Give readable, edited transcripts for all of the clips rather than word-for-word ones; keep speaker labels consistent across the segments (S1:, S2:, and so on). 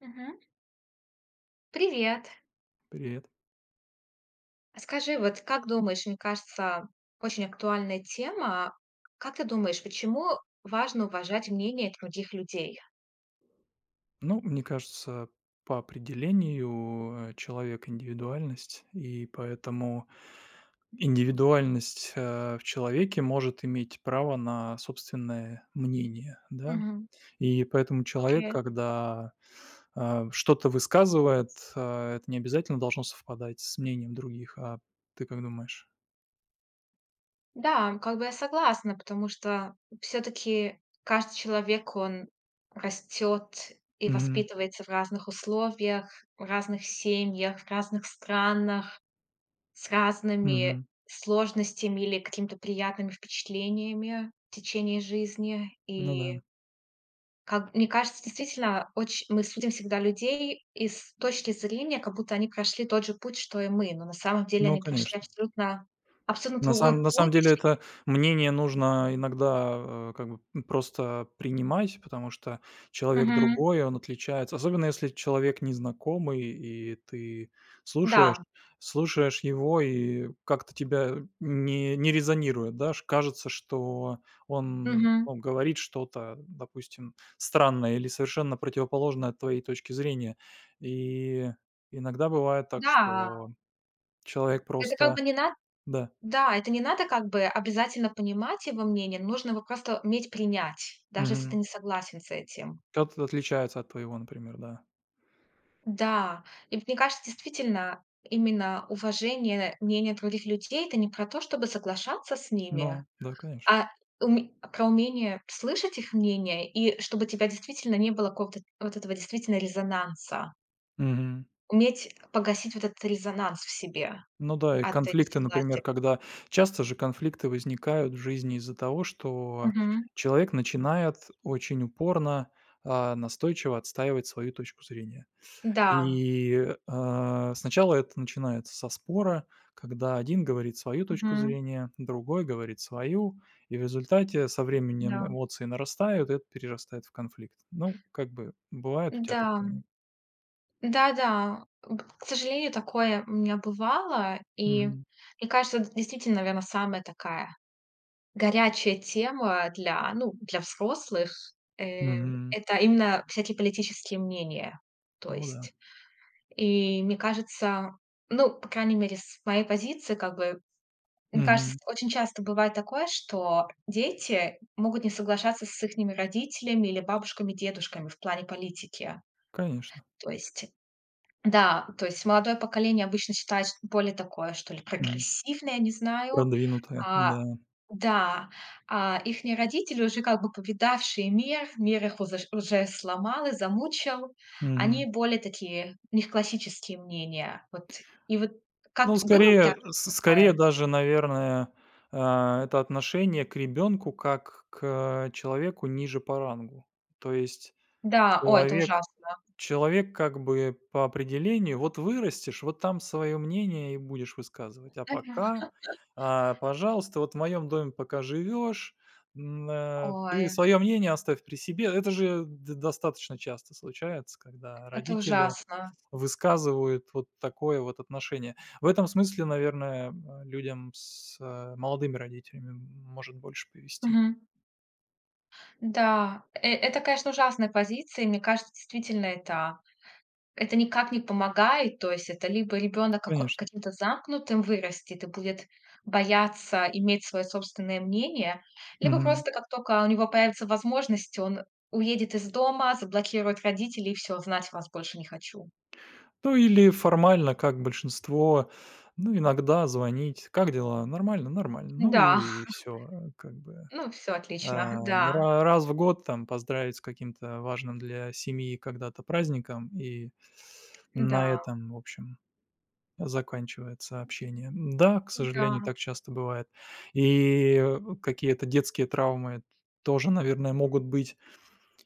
S1: Мгм. Привет.
S2: Привет.
S1: Скажи, вот как думаешь, мне кажется, очень актуальная тема. Как ты думаешь, почему важно уважать мнение других людей?
S2: Ну, мне кажется, по определению человек индивидуальность, и поэтому индивидуальность в человеке может иметь право на собственное мнение, да.
S1: Мгм.
S2: И поэтому человек,
S1: Окей.
S2: когда что-то высказывает, это не обязательно должно совпадать с мнением других. А ты как думаешь?
S1: Да, как бы я согласна, потому что все-таки каждый человек, он растет и
S2: Мгм.
S1: воспитывается в разных условиях, в разных семьях, в разных странах, с разными
S2: Мгм.
S1: сложностями или какими-то приятными впечатлениями в течение жизни.
S2: Ну да.
S1: И Как мне кажется, действительно, очень мы судим всегда людей из точки зрения, как будто они прошли тот же путь, что и мы, но на самом деле
S2: Ну,
S1: они прошли
S2: конечно.
S1: абсолютно
S2: На самом
S1: другой
S2: на самом деле
S1: путь.
S2: это мнение нужно иногда, как бы, просто принимать, потому что человек
S1: Мгм.
S2: другой, он отличается. Особенно если человек незнакомый, и ты слушаешь
S1: Да.
S2: слушаешь его, и как-то тебя не резонирует, да. Ш Кажется, что он,
S1: Мгм.
S2: ну, говорит что-то, допустим, странное или совершенно противоположное от твоей точки зрения. И иногда бывает так,
S1: Да.
S2: что человек
S1: Это как
S2: просто.
S1: бы не надо.
S2: Да.
S1: Да, это не надо как бы обязательно понимать его мнение, нужно его просто уметь принять, даже если ты не согласен с этим.
S2: Как тут отличается от твоего, например, да.
S1: Да, и мне кажется, действительно, именно уважение мнения других людей — это не про то, чтобы соглашаться с ними,
S2: Ну да, конечно.
S1: а уме про умение слышать их мнение и чтобы тебя действительно не было какого-то вот этого действительно резонанса.
S2: Мгм.
S1: Уметь погасить вот этот резонанс в себе
S2: Ну да, и
S1: от
S2: конфликты, например,
S1: несогласия.
S2: когда часто же конфликты возникают в жизни из-за того, что
S1: Мгм.
S2: человек начинает очень упорно, настойчиво отстаивать свою точку зрения.
S1: Да.
S2: И, сначала это начинается со спора, когда один говорит свою точку
S1: Мгм.
S2: зрения, другой говорит свою, и в результате со временем
S1: Да.
S2: эмоции нарастают, и это перерастает в конфликт. Ну, как бы бывает у тебя
S1: Да.
S2: такое?
S1: Да-да. К сожалению, такое у меня бывало. И
S2: Мгм.
S1: мне кажется, это действительно, наверно, самая такая горячая тема для, ну, для взрослых. Э,
S2: Мгм.
S1: это именно всякие политические мнения. То
S2: О да.
S1: есть и мне кажется, ну, по крайней мере, с моей позиции, как бы, мне кажется,
S2: Мгм.
S1: очень часто бывает такое, что дети могут не соглашаться с ихними родителями или бабушками, дедушками в плане политики.
S2: Конечно.
S1: То есть, да, то есть молодое поколение обычно считает ш более такое, что ли,
S2: Мгм.
S1: прогрессивное, я не знаю,
S2: Продвинутая,
S1: а
S2: да.
S1: да, а ихние родители, уже как бы повидавшие мир, мир их уже, сломал и замучил,
S2: Мгм.
S1: они более такие, у них классические мнения. Вот. И вот
S2: Ну,
S1: как было у тебя
S2: скорее с
S1: такое?
S2: скорее даже, наверное, это отношение к ребенку как к человеку ниже по рангу. То есть
S1: Да, ой, это
S2: Человек
S1: ужасно.
S2: человек как бы по определению, вот вырастешь, вот там свое мнение и будешь высказывать. А пока, пожалуйста, вот в моем доме пока живешь,
S1: Ой,
S2: ты свое мнение оставь при себе. Это же достаточно часто случается, когда
S1: это
S2: родители
S1: ужасно.
S2: высказывают вот такое вот отношение. В этом смысле, наверное, людям с молодыми родителями может больше повести.
S1: Мгм. Да, это, конечно, ужасная позиция, и мне кажется, действительно, это никак не помогает, то есть это либо ребенок како
S2: Конечно.
S1: каким-то замкнутым вырастет и будет бояться иметь свое собственное мнение, либо просто как только у него появится возможность, он уедет из дома, заблокирует родителей и все, знать вас больше не хочу.
S2: Ну или формально, как большинство, ну, иногда звонить: "Как дела? Нормально, нормально". Ну
S1: Да,
S2: и все, как бы.
S1: ну все отлично.
S2: Ну,
S1: Да,
S2: ра раз в год там поздравить с каким-то важным для семьи когда-то праздником, и на
S1: да,
S2: этом, в общем, заканчивается общение. Да, к
S1: да,
S2: сожалению, так часто бывает. И, какие-то детские травмы тоже, наверное, могут быть.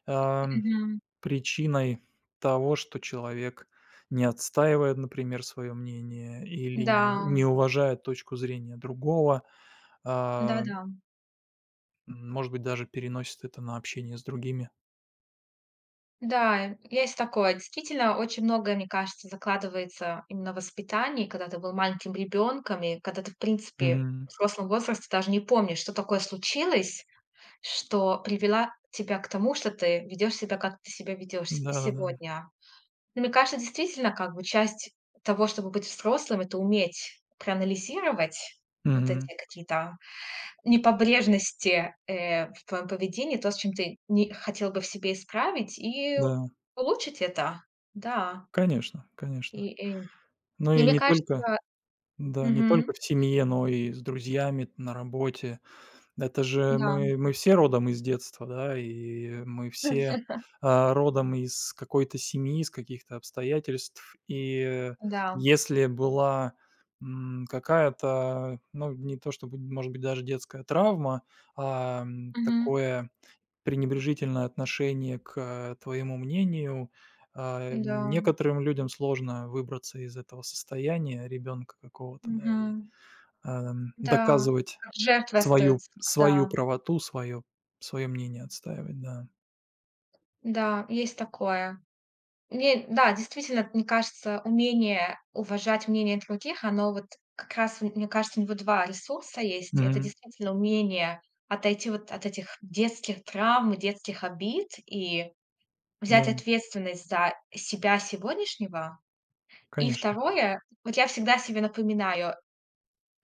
S2: Ам
S1: мгм.
S2: Причиной того, что человек не отстаивает, например, свое мнение или
S1: Да,
S2: не уважает точку зрения другого, а, м,
S1: да-да.
S2: может быть, даже переносит это на общение с другими.
S1: Да, есть такое. Действительно, очень многое, мне кажется, закладывается именно в воспитании, когда ты был маленьким ребенком, и когда ты, в принципе,
S2: Мгм.
S1: в взрослом возрасте даже не помнишь, что такое случилось, что привела тебя к тому, что ты ведешь себя, как ты себя ведешь
S2: Да-да-да.
S1: сегодня. Но мне кажется, действительно, как бы часть того, чтобы быть взрослым, это уметь проанализировать вот
S2: Мгм.
S1: эти какие-то непобрежности, в твоем поведении, то, с чем ты не хотел бы в себе исправить, и
S2: Да,
S1: улучшить это. Да,
S2: конечно,
S1: и
S2: конечно.
S1: и
S2: Ну
S1: и
S2: и
S1: мне
S2: не
S1: кажется.
S2: только, да, не
S1: Мгм.
S2: только в семье, но и с друзьями, на работе. Это же
S1: Да,
S2: мы все родом из детства, да, и мы все, родом из какой-то семьи, из каких-то обстоятельств. И
S1: да.
S2: если была, какая-то, ну, не то чтобы, может быть, даже детская травма,
S1: Мгм.
S2: такое пренебрежительное отношение к твоему мнению,
S1: Да.
S2: некоторым людям сложно выбраться из этого состояния ребенка какого-то, да,
S1: Мгм. Да.
S2: доказывать
S1: Как жертвой
S2: свою
S1: остаются.
S2: свою
S1: Да,
S2: правоту, свое мнение отстаивать, да.
S1: да, есть такое. Мне, да, действительно, мне кажется, умение уважать мнение других, оно вот как раз, мне кажется, у него 2 ресурса есть. Это
S2: Мгм.
S1: действительно умение отойти вот от этих детских травм и детских обид и взять
S2: Да,
S1: ответственность за себя сегодняшнего. И
S2: конечно.
S1: второе, вот я всегда себе напоминаю,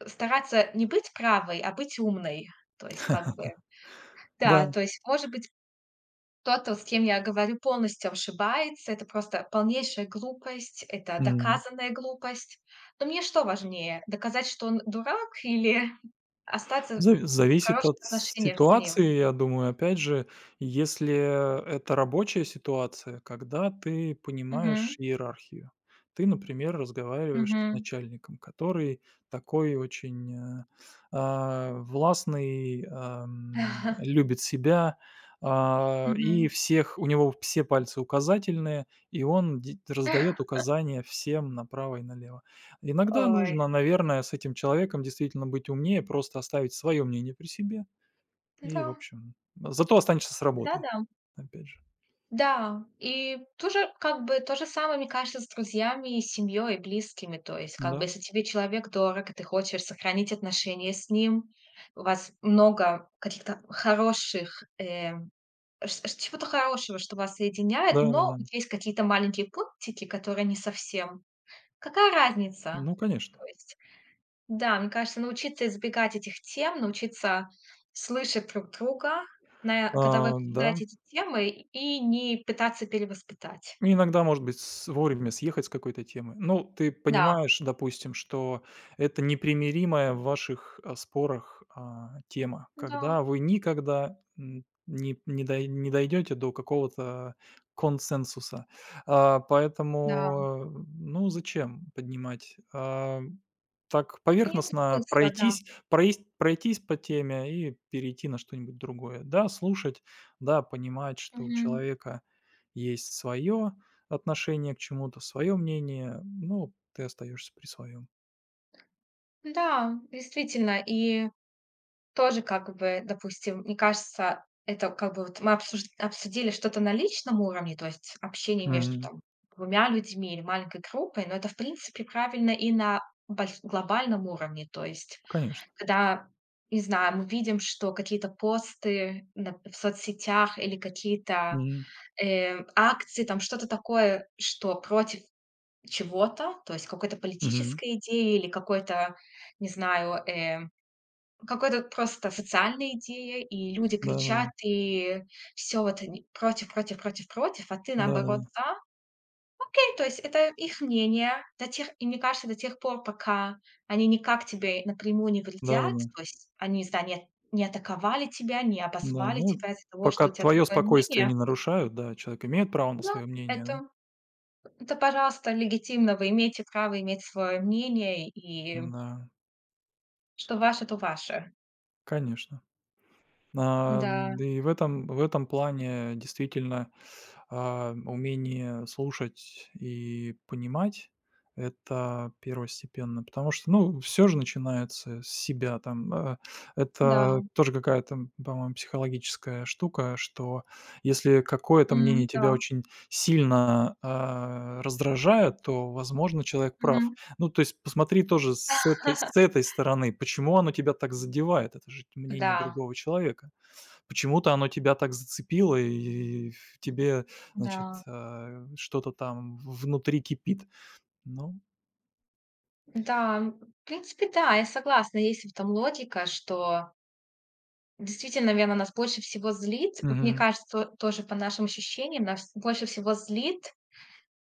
S1: стараться не быть правой, а быть умной. То есть как бы,
S2: Да.
S1: да, то есть, может быть, кто-то, с кем я говорю, полностью ошибается. Это просто полнейшая глупость, это
S2: Мгм.
S1: доказанная глупость. Но мне что важнее: доказать, что он дурак, или остаться
S2: Зави
S1: в
S2: зависит
S1: хороших
S2: от
S1: отношениях с ним?
S2: ситуации, я думаю. Опять же, если это рабочая ситуация, когда ты
S1: Мгм,
S2: понимаешь иерархию. Ты, например, разговариваешь с
S1: мгм,
S2: начальником, который такой очень, властный, любит себя, и
S1: мгм.
S2: всех у него все пальцы указательные, и он раздает указания всем направо и налево. Иногда
S1: Ой,
S2: нужно, наверное, с этим человеком действительно быть умнее, просто оставить свое мнение при себе и, в
S1: да,
S2: общем, зато останешься с работой,
S1: да-да.
S2: опять же.
S1: Да, и тоже, как бы, то же самое, мне кажется, с друзьями, и семьей, и близкими. То есть, как бы,
S2: Да,
S1: если тебе человек дорог, и ты хочешь сохранить отношения с ним, у вас много каких-то хороших, чего-то хорошего, что вас соединяет, но
S2: да-да-да.
S1: вот есть какие-то маленькие пунктики, которые не совсем. Какая разница?
S2: Ну,
S1: То
S2: конечно.
S1: есть да, мне кажется, научиться избегать этих тем, научиться слышать друг друга, на когда вы
S2: А, да.
S1: обсуждаете эти темы, и не пытаться перевоспитать.
S2: Ну, иногда, может быть, с вовремя съехать с какой-то темы. Ну, ты
S1: Да,
S2: понимаешь, допустим, что это непримиримая в ваших, спорах, тема,
S1: да,
S2: когда вы никогда, не дойдете до какого-то консенсуса.
S1: да.
S2: Поэтому, ну, зачем поднимать? Так
S1: Нет
S2: поверхностно
S1: смысла, да.
S2: пройтись по теме и перейти на что-нибудь другое. Да, слушать, да, понимать, что у
S1: Мгм.
S2: человека есть свое отношение к чему-то, свое мнение, ну, ты остаешься при своем.
S1: Да, действительно. И тоже как бы, допустим, мне кажется, это как бы вот мы обсуж обсудили что-то на личном уровне, то есть общение между
S2: Мгм.
S1: там двумя людьми или маленькой группой, но это, в принципе, правильно и на больш глобальном уровне. То есть
S2: Конечно.
S1: когда, не знаю, мы видим, что какие-то посты на в соцсетях или какие-то,
S2: Мгм.
S1: акции, там что-то такое, что против чего-то, то есть какой-то
S2: Мгм.
S1: политической идеи или какой-то, не знаю, какой-то просто социальной идеи, и люди кричат,
S2: Да-да-да.
S1: и все вот они против против против против, а ты
S2: Да-да-да.
S1: наоборот за. То есть это их мнение до тех и мне кажется, до тех пор, пока они никак тебе напрямую не вредят,
S2: Да-да-да.
S1: то есть они, не знаю, не атаковали тебя, не
S2: Да,
S1: обозвали
S2: ну,
S1: тебя из-за того,
S2: пока
S1: что у тебя
S2: твое
S1: другое
S2: спокойствие
S1: мнение.
S2: не нарушают, да, человек имеет право на
S1: Да,
S2: свое мнение, да.
S1: это это, пожалуйста, легитимно. Вы имеете право иметь свое мнение, и
S2: Да,
S1: что ваше, то ваше.
S2: конечно. А,
S1: Да,
S2: и в этом плане действительно, умение слушать и понимать — это первостепенно. Потому что, ну, все же начинается с себя там.
S1: да,
S2: Это тоже какая-то, по-моему, психологическая штука, что если какое-то
S1: м,
S2: мнение тебя
S1: да,
S2: очень сильно, раздражает, то, возможно, человек прав.
S1: мгм.
S2: Ну, то есть посмотри тоже с этой с этой стороны, почему оно тебя так задевает? Это же мнение
S1: Да,
S2: другого человека. Почему-то оно тебя так зацепило, и в тебе, значит,
S1: да,
S2: что-то там внутри кипит. Ну,
S1: да, м, в принципе, да, я согласна. Есть в этом логика, что действительно, наверное, нас больше всего злит, вот мне
S2: мгм.
S1: кажется, тоже по нашим ощущениям, нас больше всего злит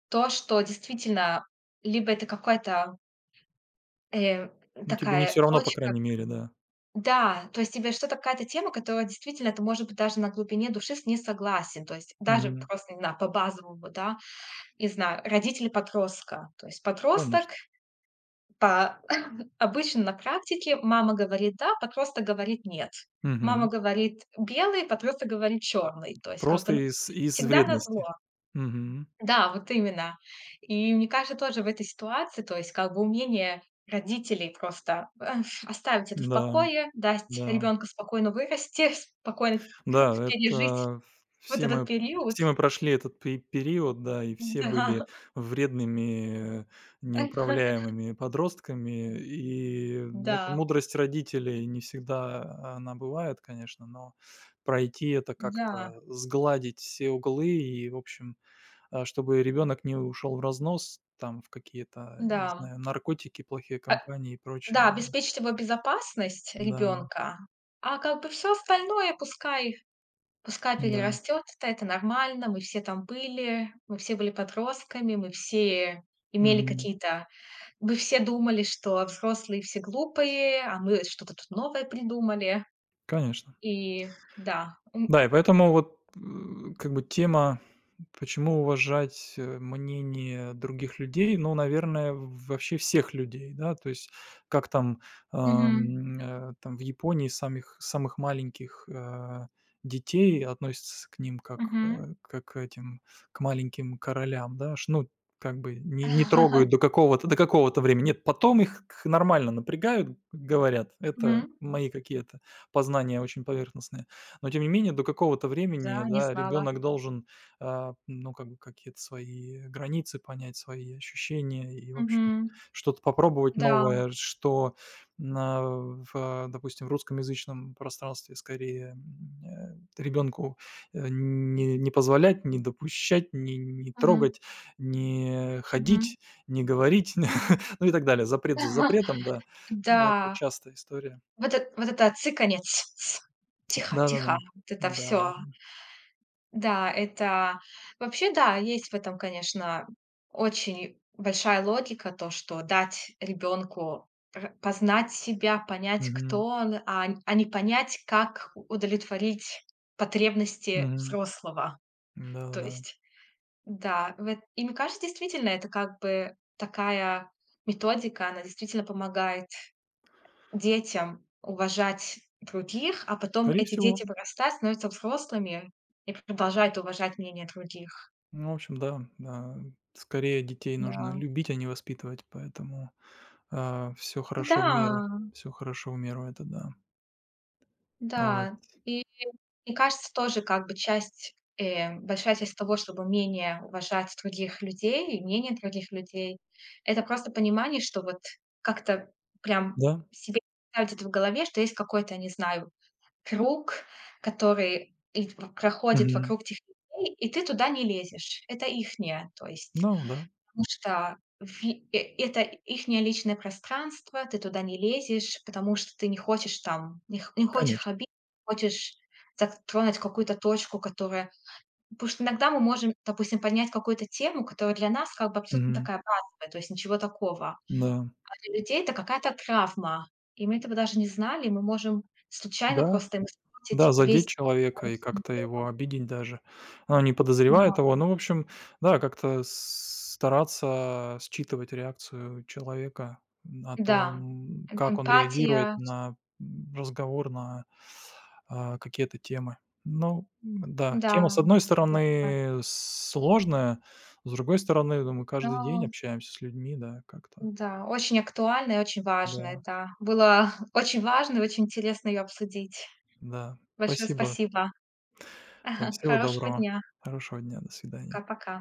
S1: то, что действительно либо это какая-то, э,
S2: Ну, тебе не все
S1: такая
S2: равно, по
S1: точка.
S2: крайней мере, да.
S1: Да, то есть тебе что-то, какая-то тема, которая действительно ты, может быть, даже на глубине души с ней согласен. То есть даже
S2: Мгм.
S1: просто, не знаю, по базовому, да, не знаю, родители подростка. То есть подросток
S2: Конечно.
S1: по обычно на практике мама говорит "да", а подросток говорит "нет".
S2: Мгм.
S1: Мама говорит "белый", а подросток говорит "черный". То есть как бы
S2: Просто
S1: н
S2: из
S1: всегда
S2: вредности.
S1: назло.
S2: Мгм.
S1: Да, вот именно. И мне кажется, тоже в этой ситуации, то есть как бы умение родителей просто, оставить это в
S2: Да,
S1: покое, дать
S2: да.
S1: ребенку спокойно вырасти, спокойно
S2: Да,
S1: пережить
S2: это
S1: вот
S2: все
S1: этот
S2: мы
S1: период.
S2: все мы прошли этот пе период, да, и все
S1: Да.
S2: были вредными, неуправляемыми подростками. И
S1: Да,
S2: это мудрость родителей не всегда она бывает, конечно, но пройти это
S1: да,
S2: как-то, сгладить все углы и, в общем, чтобы ребенок не ушел в разнос, там, в какие-то, не
S1: да.
S2: знаю, наркотики, плохие
S1: А
S2: компании и прочее.
S1: Да, обеспечить его безопасность
S2: Да,
S1: ребенка, а как бы все остальное пускай
S2: да,
S1: перерастёт, это нормально. Мы все там были, мы все были подростками, мы все имели
S2: мгм,
S1: какие-то, мы все думали, что взрослые все глупые, а мы что-то тут новое придумали.
S2: конечно.
S1: И да, м,
S2: Да, и поэтому вот, как бы тема: почему уважать, мнение других людей? Ну, наверное, в вообще всех людей, да. То есть как там,
S1: мгм,
S2: там в Японии самих самых маленьких, детей относятся к ним как,
S1: мгм.
S2: э, как к этим, к маленьким королям, да. Ш Ну, как бы не трогают до какого-то времени. Нет, потом их к нормально напрягают, говорят. Это
S1: Мгм.
S2: мои какие-то познания очень поверхностные. Но тем не менее до какого-то времени,
S1: Да, не
S2: да,
S1: знала.
S2: ребенок должен ну, как бы какие-то свои границы понять, свои ощущения и, в общем,
S1: Мгм.
S2: что-то попробовать
S1: Да.
S2: новое, что допустим, в русскоязычном пространстве скорее ребенку не позволять, не допущать, не
S1: Мгм.
S2: трогать, не
S1: Мгм.
S2: ходить, не говорить, ну и так далее. Запрет за запретом, да. Да, это
S1: Да.
S2: частая история.
S1: Вот это цыканье "ц ц". Тихо,
S2: Да-да-да.
S1: тихо. Вот это все.
S2: Да-да-да.
S1: Да, это вообще, да, есть в этом, конечно, очень большая логика, то, что дать ребенку познать себя, понять,
S2: Мгм.
S1: кто он, а н а не понять, как удовлетворить потребности
S2: Мгм.
S1: взрослого. То
S2: Да-да-да.
S1: есть, да, в эт и мне кажется, действительно, это как бы такая методика, она действительно помогает детям уважать других, а потом
S2: Скорее
S1: эти
S2: всего.
S1: дети вырастают, становятся взрослыми и продолжают уважать мнение других.
S2: Ну, в общем, да, да. Скорее детей нужно
S1: Да.
S2: любить, а не воспитывать, поэтому все
S1: Да,
S2: хорошо в меру. Все хорошо в меру, это да. Вот.
S1: да. И мне кажется, тоже как бы часть, большая часть того, чтобы умение уважать других людей и мнение других людей, это просто понимание, что вот как-то прям
S2: Да.
S1: себе ставить это в голове, что есть какой-то, не знаю, круг, который и т проходит
S2: Мгм.
S1: вокруг тех людей, и ты туда не лезешь. Это ихнее, то есть,
S2: Ну да,
S1: потому что это ихнее личное пространство, ты туда не лезешь, потому что ты не хочешь там, не хочешь их
S2: конечно.
S1: обидеть, не хочешь затронуть какую-то точку, которая потому что иногда мы можем, допустим, поднять какую-то тему, которая для нас как бы абсолютно
S2: Мгм.
S1: такая базовая, то есть ничего такого,
S2: Да.
S1: для людей это какая-то травма, и мы этого даже не знали, и мы можем случайно
S2: Да.
S1: просто им
S2: Да,
S1: испортить
S2: задеть
S1: весь день,
S2: человека
S1: даже
S2: и
S1: всю
S2: как-то его
S1: неделю.
S2: обидеть даже. Она не
S1: Да,
S2: подозревает его. Ну, в общем, да, как-то стараться считывать реакцию человека на
S1: да,
S2: том, как он
S1: эмпатия,
S2: реагирует на разговор, на какие-то темы. Ну, да, тема, с
S1: да,
S2: одной
S1: согласна.
S2: стороны, сложная, с другой стороны, ну, мы
S1: Но
S2: каждый день общаемся с людьми, да, как-то.
S1: да, очень актуально и очень важно,
S2: Да,
S1: да. Было очень важно и очень интересно ее обсудить.
S2: да.
S1: Большое
S2: Спасибо.
S1: спасибо.
S2: Да, всего
S1: Хорошего
S2: доброго.
S1: дня.
S2: Хорошего дня. До свидания.
S1: Пока-пока.